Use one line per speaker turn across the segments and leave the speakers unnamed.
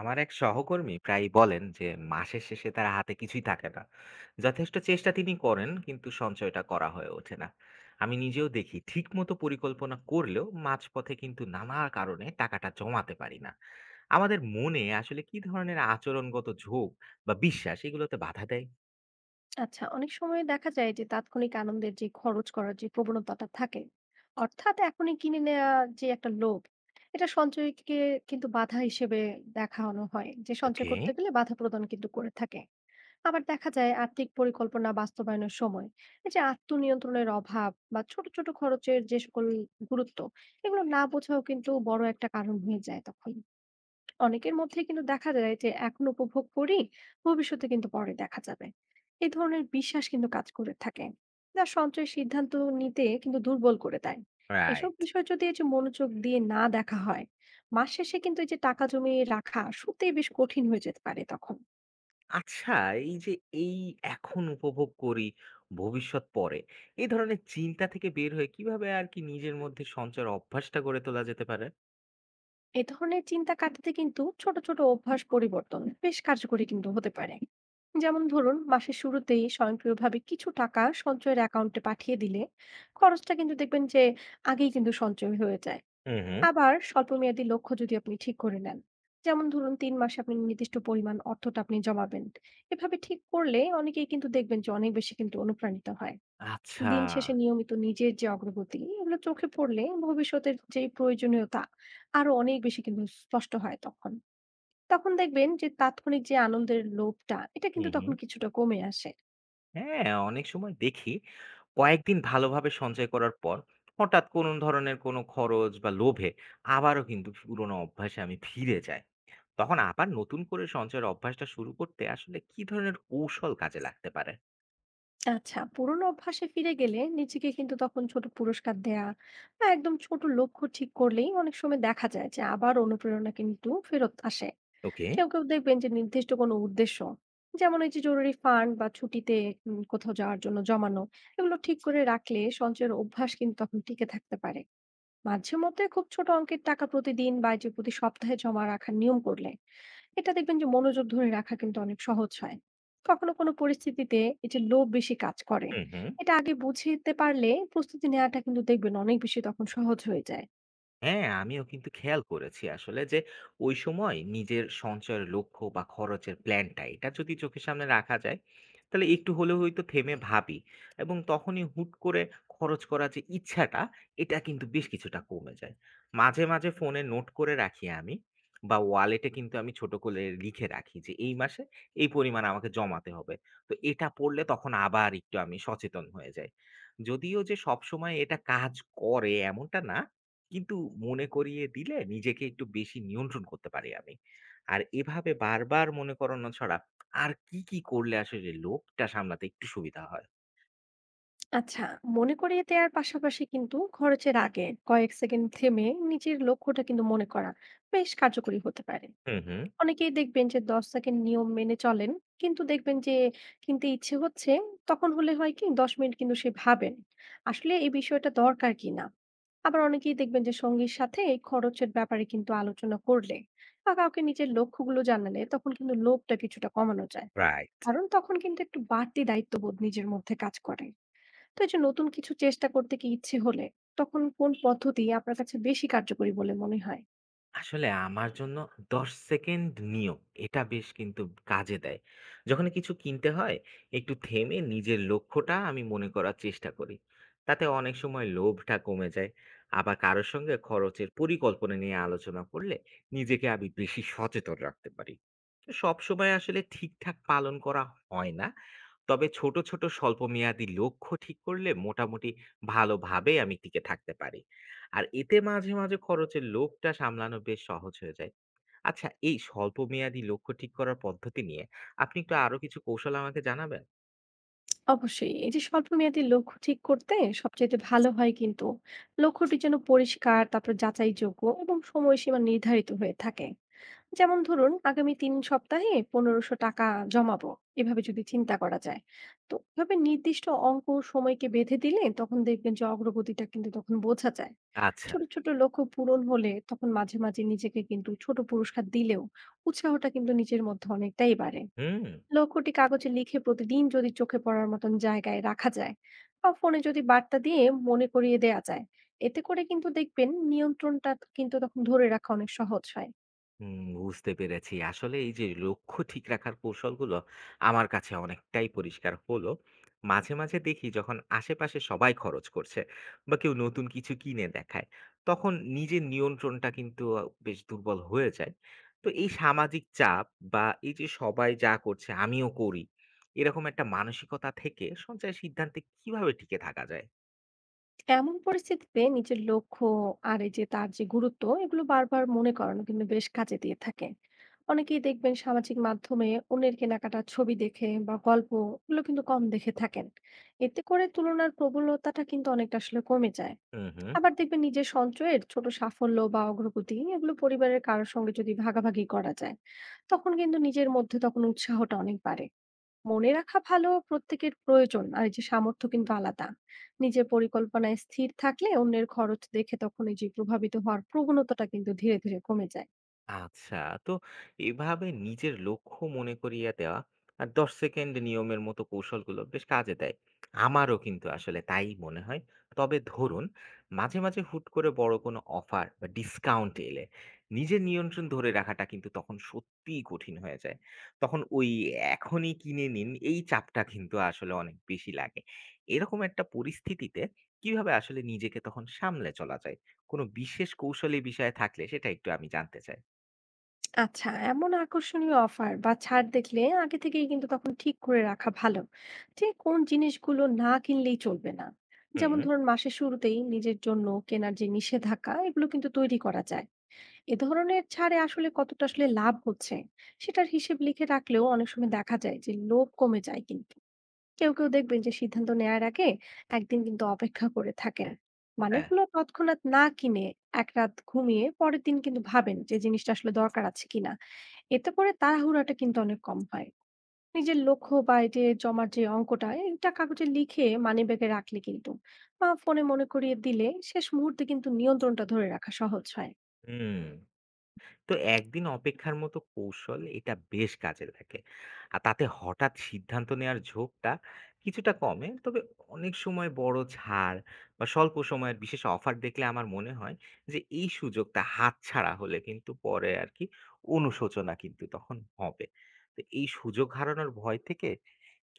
আমার এক সহকর্মী প্রায়ই বলেন যে মাসের শেষে তার হাতে কিছুই থাকে না। যথেষ্ট চেষ্টা তিনি করেন কিন্তু সঞ্চয়টা করা হয়ে ওঠে না। আমি নিজেও দেখি ঠিক মতো পরিকল্পনা করলেও মাঝপথে কিন্তু নানা কারণে টাকাটা জমাতে পারি না। আমাদের মনে আসলে কি ধরনের আচরণগত ঝোঁক বা বিশ্বাস এগুলোতে বাধা দেয়?
আচ্ছা, অনেক সময় দেখা যায় যে তাৎক্ষণিক আনন্দের যে খরচ করার যে প্রবণতাটা থাকে, অর্থাৎ এখনই কিনে নেওয়া, যে একটা লোভ, এটা সঞ্চয়কে কিন্তু বাধা হিসেবে দেখানো হয়, যে সঞ্চয়
ওকে।
করতে গেলে বাধা প্রদান কিন্তু করে থাকে। আবার দেখা যায় আর্থিক পরিকল্পনা বাস্তবায়নের সময় এই যে আত্মনিয়ন্ত্রণের অভাব বা ছোট ছোট খরচের যে সকল গুরুত্ব, এগুলো না বোঝাও কিন্তু বড় একটা কারণ হয়ে যায় তখন। অনেকের মধ্যে কিন্তু দেখা যায় যে এখন উপভোগ করি, ভবিষ্যতে কিন্তু পরে দেখা যাবে, এই ধরনের বিশ্বাস কিন্তু কাজ করে থাকে, যা সঞ্চয় সিদ্ধান্ত নিতে কিন্তু দুর্বল করে দেয়। এসব
রাইট।
বিষয় যদি এই যে মনোযোগ দিয়ে না দেখা হয়, মাস শেষে কিন্তু এই যে টাকা জমিয়ে রাখা সত্যিই বেশ কঠিন হয়ে যেতে পারে তখন।
আচ্ছা, এই যে এই এখন উপভোগ করি, ভবিষ্যৎ পরে, এই ধরনের চিন্তা থেকে বের হয়ে কিভাবে আর কি নিজের মধ্যে সঞ্চয়ের অভ্যাসটা গড়ে তোলা যেতে পারে?
এ ধরনের চিন্তা কাটাতে কিন্তু ছোট ছোট অভ্যাস পরিবর্তন বেশ কার্যকরী কিন্তু হতে পারে। যেমন ধরুন, মাসের শুরুতেই স্বয়ংক্রিয়ভাবে কিছু টাকা সঞ্চয়ের অ্যাকাউন্টে পাঠিয়ে দিলে খরচটা কিন্তু দেখবেন যে আগেই কিন্তু সঞ্চয় হয়ে যায়।
হুম, হুম।
আবার স্বল্পমেয়াদী লক্ষ্য যদি আপনি ঠিক করে নেন, যেমন ধরুন ৩ মাসে আপনি নির্দিষ্ট পরিমাণ অর্থটা আপনি জমাবেন, এভাবে ঠিক করলে অনেকেই কিন্তু দেখবেন যে অনেক বেশি কিন্তু অনুপ্রাণিত হয়।
আচ্ছা।
দিন শেষে নিয়মিত নিজের যে অগ্রগতি এগুলো চোখে পড়লে ভবিষ্যতের যে প্রয়োজনীয়তা আরো অনেক বেশি কিন্তু স্পষ্ট হয় তখন। তখন দেখবেন যে তাৎক্ষণিক যে আনন্দের লোভটা এটা
হুম,
কিন্তু তখন
হুম।
কিছুটা কমে আসে।
হ্যাঁ, অনেক সময় দেখি কয়েকদিন ভালোভাবে সঞ্চয় করার পর হঠাৎ কোনো ধরনের কোনো খরচ বা লোভে আবারও কিন্তু পুরোনো অভ্যাসে আমি ফিরে যাই। তখন আবার নতুন করে সঞ্চয়ের অভ্যাসটা শুরু করতে আসলে কি ধরনের কৌশল কাজে লাগতে পারে?
আচ্ছা, পুরোনো অভ্যাসে ফিরে গেলে নিজেকে কিন্তু তখন ছোট পুরস্কার দেয়া বা একদম ছোট লক্ষ্য ঠিক করলেই অনেক সময় দেখা যায় যে আবার অনুপ্রেরণা কিন্তু ফেরত আসে।
ওকে।
কেউ কেউ দেখবেন যে নির্দিষ্ট কোনো উদ্দেশ্য, যেমন এই যে জরুরি ফান্ড বা ছুটিতে কোথাও যাওয়ার জন্য জমানো, এগুলো ঠিক করে রাখলে সঞ্চয়ের অভ্যাস কিন্তু তখন টিকে থাকতে পারে। মাঝে মধ্যে খুব ছোট অঙ্কের টাকা প্রতিদিন বা এই যে প্রতি সপ্তাহে জমা রাখার নিয়ম করলে, এটা দেখবেন যে মনোযোগ ধরে রাখা কিন্তু অনেক সহজ হয়। কখনো কোনো পরিস্থিতিতে এই যে লোভ বেশি কাজ করে,
হুম, হুম।
এটা আগে বুঝতে পারলে প্রস্তুতি নেওয়াটা কিন্তু দেখবেন অনেক বেশি তখন সহজ হয়ে যায়।
হ্যাঁ, আমিও কিন্তু খেয়াল করেছি আসলে যে ওই সময় নিজের সঞ্চয়ের লক্ষ্য বা খরচের প্ল্যানটা এটা যদি চোখের সামনে রাখা যায়, তাহলে একটু হলেও হয়তো থেমে ভাবি, এবং তখনই হুট করে খরচ করার যে ইচ্ছাটা এটা কিন্তু বেশ কিছুটা কমে যায়। মাঝে মাঝে ফোনে নোট করে রাখি আমি, বা ওয়ালেটে কিন্তু আমি ছোট করে লিখে রাখি যে এই মাসে এই পরিমাণ আমাকে জমাতে হবে। তো এটা পড়লে তখন আবার একটু আমি সচেতন হয়ে যাই। যদিও যে সব সময় এটা কাজ করে এমনটা না, কিন্তু মনে করিয়ে দিলে নিজেকে একটু বেশি নিয়ন্ত্রণ করতে পারি আমি। আর এভাবে বারবার মনে করানো ছাড়া আর কি, কি করলে আসলে লোভটা সামলাতে একটু সুবিধা হয়?
আচ্ছা, মনে করিয়ে দেওয়ার পাশাপাশি কিন্তু খরচের আগে কয়েক সেকেন্ড থেমে নিজের লক্ষ্যটা কিন্তু মনে করা বেশ কার্যকরী হতে পারে।
হুম, হুম।
অনেকেই দেখবেন যে ১০ সেকেন্ড নিয়ম মেনে চলেন। কিন্তু দেখবেন যে কিনতে ইচ্ছে হচ্ছে, তখন হলে হয় কি ১০ মিনিট কিন্তু সে ভাবেন, আসলে এই বিষয়টা দরকার কিনা? আবার অনেকেই দেখবেন যে সঙ্গীর সাথে এই খরচের ব্যাপারে কিন্তু আলোচনা করলে বা কাউকে নিজের লক্ষ্যগুলো জানালে তখন কিন্তু লোভটা কিছুটা কমানো যায়।
রাইট।
কারণ তখন কিন্তু একটু বাড়তি দায়িত্ববোধ নিজের মধ্যে কাজ করে। তো এই যে নতুন কিছু চেষ্টা করতে কি ইচ্ছে হলে তখন কোন পদ্ধতি আপনার কাছে বেশি কার্যকরী বলে মনে হয়?
আসলে আমার জন্য ১০ সেকেন্ড নিয়ম এটা বেশ কিন্তু কাজে দেয়। যখন কিছু কিনতে হয় একটু থেমে নিজের লক্ষ্যটা আমি মনে করার চেষ্টা করি। তাতে অনেক সময় লোভটা কমে যায়। আবার কারো সঙ্গে খরচের পরিকল্পনা নিয়ে আলোচনা করলে নিজেকে আমি বেশি সচেতন রাখতে পারি। সবসময় আসলে ঠিকঠাক পালন করা হয় না। তবে ছোট, ছোট স্বল্পমেয়াদী লক্ষ্য ঠিক করলে মোটামুটি ভালোভাবে আমি টিকে থাকতে পারি। আর এতে মাঝে, মাঝে খরচের লোভটা সামলানো বেশ সহজ হয়ে যায়। আচ্ছা, এই স্বল্পমেয়াদী লক্ষ্য ঠিক করার পদ্ধতি নিয়ে আপনি একটু আরো কিছু কৌশল আমাকে জানাবেন?
অবশ্যই, এই যে স্বল্পমেয়াদী লক্ষ্য ঠিক করতে সবচেয়ে ভালো হয় কিন্তু লক্ষ্যটি যেন পরিষ্কার, তারপর যাচাইযোগ্য এবং সময়সীমা নির্ধারিত হয়ে থাকে। যেমন ধরুন, আগামী ৩ সপ্তাহে ১৫০০ টাকা জমাবো, এভাবে যদি চিন্তা করা যায়। তো এভাবে নির্দিষ্ট অঙ্ক ও সময়কে বেঁধে দিলে তখন দেখবেন যে অগ্রগতিটা কিন্তু তখন বোঝা যায়।
আচ্ছা।
ছোট ছোট লক্ষ্য পূরণ হলে তখন মাঝে মাঝে নিজেকে কিন্তু ছোট পুরস্কার দিলেও উৎসাহটা কিন্তু নিজের মধ্যে অনেকটাই বাড়ে।
হুম।
লক্ষ্যটি কাগজে লিখে প্রতিদিন যদি চোখে পড়ার মতন জায়গায় রাখা যায় বা ফোনে যদি বার্তা দিয়ে মনে করিয়ে দেয়া যায়, এতে করে কিন্তু দেখবেন নিয়ন্ত্রণটা কিন্তু তখন ধরে রাখা অনেক সহজ হয়।
হুম, বুঝতে পেরেছি। আসলে এই যে লক্ষ্য ঠিক রাখার কৌশলগুলো আমার কাছে অনেকটাই পরিষ্কার হলো। মাঝে, মাঝে দেখি যখন আশেপাশে সবাই খরচ করছে বা কেউ নতুন কিছু কিনে দেখায়, তখন নিজের নিয়ন্ত্রণটা কিন্তু বেশ দুর্বল হয়ে যায়। তো এই সামাজিক চাপ বা এই যে সবাই যা করছে আমিও করি, এরকম একটা মানসিকতা থেকে সঞ্চয়ের সিদ্ধান্তে কিভাবে টিকে থাকা যায়?
এমন পরিস্থিতিতে নিজের লক্ষ্য আর এই যে তার যে গুরুত্ব, এগুলো বারবার মনে করানো কিন্তু বেশ কাজে দিয়ে থাকে। অনেকেই দেখবেন সামাজিক মাধ্যমে অন্যের কেনাকাটার ছবি দেখে বা গল্প, এগুলো কিন্তু কম দেখে থাকেন। এতে করে তুলনার প্রবলতাটা কিন্তু অনেকটা আসলে কমে যায়।
হু, হু।
আবার দেখবেন নিজের সঞ্চয়ের ছোট সাফল্য বা অগ্রগতি, এগুলো পরিবারের কারোর সঙ্গে যদি ভাগাভাগি করা যায়, তখন কিন্তু নিজের মধ্যে তখন উৎসাহটা অনেক বাড়ে। মনে রাখা ভালো প্রত্যেকের প্রয়োজন আর এই যে সামর্থ্য কিন্তু আলাদা। নিজের পরিকল্পনায় স্থির থাকলে অন্যের খরচ দেখে তখন এই যে প্রভাবিত হওয়ার প্রবণতাটা কিন্তু ধীরে ধীরে কমে যায়।
আচ্ছা। তো এভাবে নিজের লক্ষ্য মনে করিয়ে দেওয়া আর দশ সেকেন্ড নিয়মের মতো কৌশলগুলো বেশ কাজে দেয়, আমারও কিন্তু আসলে তাই মনে হয়। তবে ধরুন মাঝে মাঝে হুট করে বড় কোনো অফার বা ডিসকাউন্ট এলে নিজের নিয়ন্ত্রণ ধরে রাখাটা কিন্তু তখন সত্যিই কঠিন হয়ে যায়। তখন ওই এখনই কিনে নিন এই চাপটা কিন্তু আসলে অনেক বেশি লাগে। এরকম একটা পরিস্থিতিতে কিভাবে আসলে নিজেকে তখন সামলে চলা যায়, কোনো বিশেষ কৌশলী বিষয় থাকলে সেটা একটু আমি জানতে চাই।
আচ্ছা, এমন আকর্ষণীয় অফার বা ছাড় দেখলে আগে থেকেই কিন্তু তখন ঠিক করে রাখা ভালো যে কোন জিনিসগুলো না কিনলেই চলবে না। যেমন
হুম,
ধরুন, মাসের শুরুতেই নিজের জন্য কেনার যে নিষেধাজ্ঞা, এগুলো কিন্তু তৈরি করা যায়। এ ধরনের ছাড়ে আসলে কতটা আসলে লাভ হচ্ছে, সেটার হিসেব লিখে রাখলেও অনেক সময় দেখা যায় যে লোভ কমে যায় কিন্তু। কেউ কেউ দেখবেন যে সিদ্ধান্ত নেয়ার আগে একদিন কিন্তু অপেক্ষা করে থাকেন, মানে
হ্যাঁ,
হলো তৎক্ষণাৎ না কিনে এক রাত ঘুমিয়ে পরের দিন কিন্তু ভাবেন যে জিনিসটা আসলে দরকার আছে কিনা। এতে করে তাড়াহুড়াটা কিন্তু অনেক কম হয়। নিজের লক্ষ্য বা এই যে জমার যে অঙ্কটা এটা কাগজে লিখে মানিব্যাগে রাখলে কিন্তু বা ফোনে মনে করিয়ে দিলে শেষ মুহূর্তে কিন্তু নিয়ন্ত্রণটা ধরে রাখা সহজ হয়।
হুম। তো একদিন অপেক্ষার মতো কৌশল এটা বেশ কাজে লাগে। আর তাতে হঠাৎ সিদ্ধান্ত নেওয়ার ঝোঁকটা কিছুটা কমে। তবে অনেক সময় বড় ছাড় বা স্বল্প সময়ের বিশেষ অফার দেখলে আমার মনে হয় যে এই সুযোগটা হাতছাড়া হলে কিন্তু পরে আর কি অনুশোচনা কিন্তু তখন হবে। তো এই সুযোগ হারানোর ভয় থেকে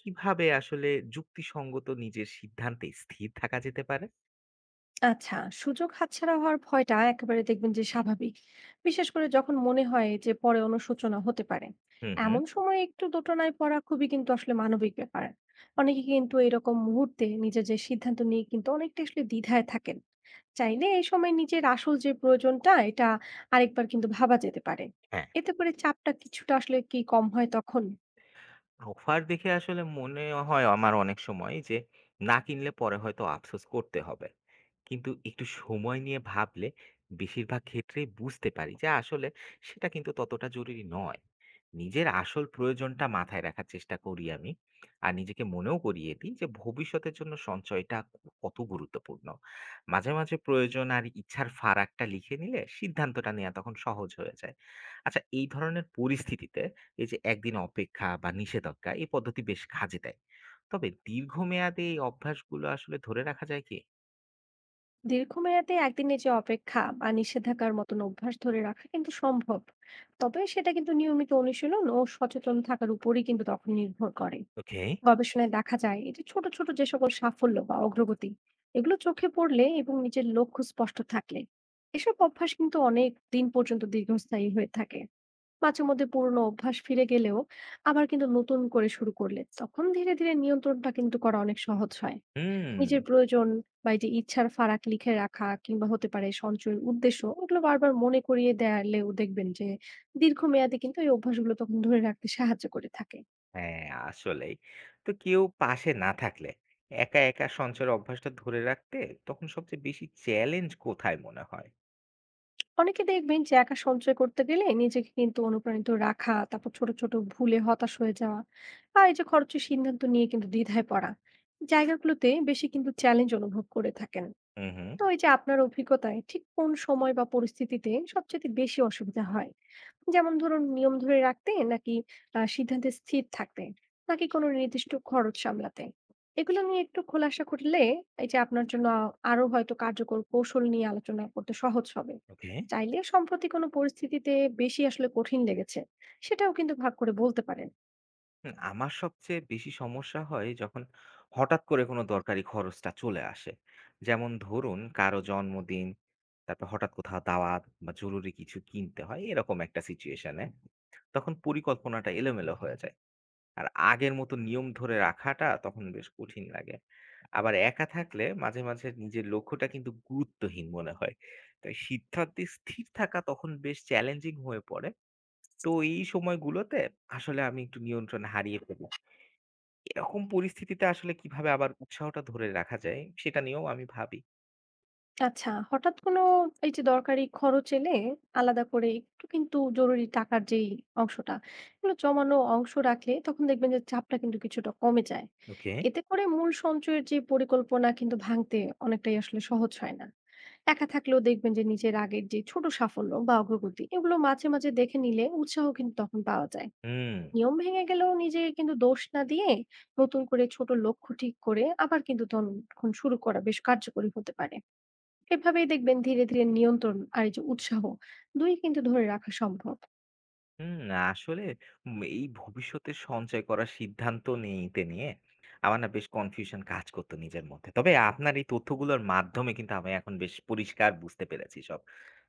কিভাবে আসলে যুক্তিসঙ্গত নিজের সিদ্ধান্তে স্থির থাকা যেতে পারে?
আচ্ছা, সুযোগ হাতছাড়া হওয়ার ভয়টা একেবারে দেখবেন যে স্বাভাবিক, বিশেষ করে যখন মনে হয় যে পরে অনুশোচনা হতে পারে।
হুম, হুম।
এমন সময় একটু দোটানায় পড়া খুবই কিন্তু আসলে মানবিক ব্যাপার। অনেকে কিন্তু এরকম মুহূর্তে নিজের যে সিদ্ধান্ত নিয়ে কিন্তু অনেকটা আসলে দ্বিধায় থাকেন। চাইলে এই সময় নিজের আসল যে প্রয়োজনটা এটা আরেকবার কিন্তু ভাবা যেতে পারে।
হ্যাঁ।
এতে করে চাপটা কিছুটা আসলে কি কম হয় তখন।
অফার দেখে আসলে মনে হয় আমার অনেক সময় যে না কিনলে পরে হয়তো আফসোস করতে হবে, কিন্তু একটু সময় নিয়ে ভাবলে বেশিরভাগ ক্ষেত্রেই বুঝতে পারি যে আসলে সেটা কিন্তু ততটা জরুরি নয়। নিজের আসল প্রয়োজনটা মাথায় রাখার চেষ্টা করি আমি, আর নিজেকে মনেও করিয়ে দিই যে ভবিষ্যতের জন্য সঞ্চয়টা কত গুরুত্বপূর্ণ। মাঝে মাঝে প্রয়োজন আর ইচ্ছার ফারাকটা লিখে নিলে সিদ্ধান্তটা নেওয়া তখন সহজ হয়ে যায়। আচ্ছা, এই ধরনের পরিস্থিতিতে এই যে একদিন অপেক্ষা বা নিষেধাজ্ঞা এই পদ্ধতি বেশ কাজে দেয়, তবে দীর্ঘমেয়াদে এই অভ্যাসগুলো আসলে ধরে রাখা যায় কি?
দীর্ঘমেয়াদে একদিনের যে অপেক্ষা বা নিষেধাজ্ঞার মতন অভ্যাস ধরে রাখা কিন্তু সম্ভব, তবে সেটা কিন্তু নিয়মিত অনুশীলন ও সচেতন থাকার উপরই কিন্তু তখন নির্ভর করে।
ওকে।
গবেষণায় দেখা যায় এই যে ছোট ছোট যে সকল সাফল্য বা অগ্রগতি, এগুলো চোখে পড়লে এবং নিজের লক্ষ্য স্পষ্ট থাকলে এসব অভ্যাস কিন্তু অনেক দিন পর্যন্ত দীর্ঘস্থায়ী হয়ে থাকে। মাঝে মধ্যে পুরনো অভ্যাস ফিরে গেলেও আবার কিন্তু নতুন করে শুরু করলে তখন ধীরে ধীরে নিয়ন্ত্রণটা কিন্তু করা অনেক সহজ হয়।
হুম।
নিজের প্রয়োজন বা এই যে ইচ্ছার ফারাক লিখে রাখা কিংবা হতে পারে সঞ্চয়ের উদ্দেশ্য ওগুলো বারবার মনে করিয়ে দেয়ালেও দেখবেন যে দীর্ঘমেয়াদে কিন্তু এই অভ্যাসগুলো তখন ধরে রাখতে সাহায্য করে থাকে।
হ্যাঁ, আসলেই। তো কেউ পাশে না থাকলে একা একা সঞ্চয়ের অভ্যাসটা ধরে রাখতে তখন সবচেয়ে বেশি চ্যালেঞ্জ কোথায় মনে হয়?
অনেকে দেখবেন যে একা সঞ্চয় করতে গেলে নিজেকে কিন্তু অনুপ্রাণিত রাখা, তারপর ছোট ছোট ভুলে হতাশ হয়ে যাওয়া বা এই যে খরচের সিদ্ধান্ত নিয়ে কিন্তু দ্বিধায় পড়া, জায়গাগুলোতে বেশি কিন্তু চ্যালেঞ্জ অনুভব করে থাকেন।
হুম, হুম।
তো এই যে আপনার অভিজ্ঞতায় ঠিক কোন সময় বা পরিস্থিতিতে সবচেয়ে বেশি অসুবিধা হয়? যেমন ধরুন, নিয়ম ধরে রাখতে নাকি সিদ্ধান্তে স্থির থাকতে, নাকি কোনো নির্দিষ্ট খরচ সামলাতে? এগুলো নিয়ে একটু খোলাসা করলে এই যে আপনার জন্য আরো হয়তো কার্যকর কৌশল নিয়ে আলোচনা করতে সহজ হবে।
ওকে।
চাইলে সম্প্রতি কোনো পরিস্থিতিতে বেশি আসলে কঠিন লেগেছে, সেটাও কিন্তু ভাগ করে বলতে পারেন।
হুম, আমার সবচেয়ে বেশি সমস্যা হয় যখন হঠাৎ করে কোনো দরকারি খরচটা চলে আসে। যেমন ধরুন কারো জন্মদিন, তারপর হঠাৎ কোথাও দাওয়াত বা জরুরি কিছু কিনতে হয়, এরকম একটা সিচুয়েশনে। তখন পরিকল্পনাটা এলোমেলো হয়ে যায়। আর আগের মতো নিয়ম ধরে রাখাটা তখন বেশ কঠিন লাগে। আবার একা থাকলে মাঝে, মাঝে নিজের লক্ষ্যটা কিন্তু গুরুত্বহীন মনে হয়। তাই সিদ্ধান্তে স্থির থাকা তখন বেশ চ্যালেঞ্জিং হয়ে পড়ে। তো এই সময়গুলোতে আসলে আমি একটু নিয়ন্ত্রণ হারিয়ে ফেলি। এরকম পরিস্থিতিতে আসলে কিভাবে আবার উৎসাহটা ধরে রাখা যায় সেটা নিয়েও আমি ভাবি।
আচ্ছা, হঠাৎ কোনো এই যে দরকারি খরচ এলে আলাদা করে একটু কিন্তু জরুরি টাকার যেই অংশটা, এগুলো জমানো অংশ রাখলে তখন দেখবেন যে চাপটা কিন্তু কিছুটা কমে যায়।
ওকে।
এতে করে মূল সঞ্চয়ের যে পরিকল্পনা কিন্তু ভাঙতে অনেকটাই আসলে সহজ হয় না। একা থাকলেও দেখবেন যে নিজের আগের যে ছোট সাফল্য বা অগ্রগতি এগুলো মাঝে মাঝে দেখে নিলে উৎসাহ কিন্তু তখন পাওয়া যায়।
হুম,
নিয়ম ভেঙে গেলেও নিজে কিন্তু দোষ না দিয়ে নতুন করে ছোট লক্ষ্য ঠিক করে আবার কিন্তু তখন শুরু করা বেশ কার্যকরী হতে পারে। এভাবেই দেখবেন ধীরে ধীরে নিয়ন্ত্রণ আর এই যে উৎসাহ দুই কিন্তু ধরে রাখা সম্ভব।
হুম। আসলে এই ভবিষ্যতে সঞ্চয় করার সিদ্ধান্ত নিতে নিয়ে আমার না বেশ কনফিউশন কাজ করতো নিজের মধ্যে। তবে আপনার এই তথ্যগুলোর মাধ্যমে কিন্তু আমি এখন বেশ পরিষ্কার বুঝতে পেরেছি সব।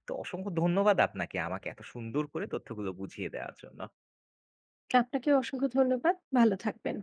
তো অসংখ্য ধন্যবাদ আপনাকে আমাকে এত সুন্দর করে তথ্যগুলো বুঝিয়ে দেওয়ার জন্য।
আপনাকে অসংখ্য ধন্যবাদ, ভালো থাকবেন।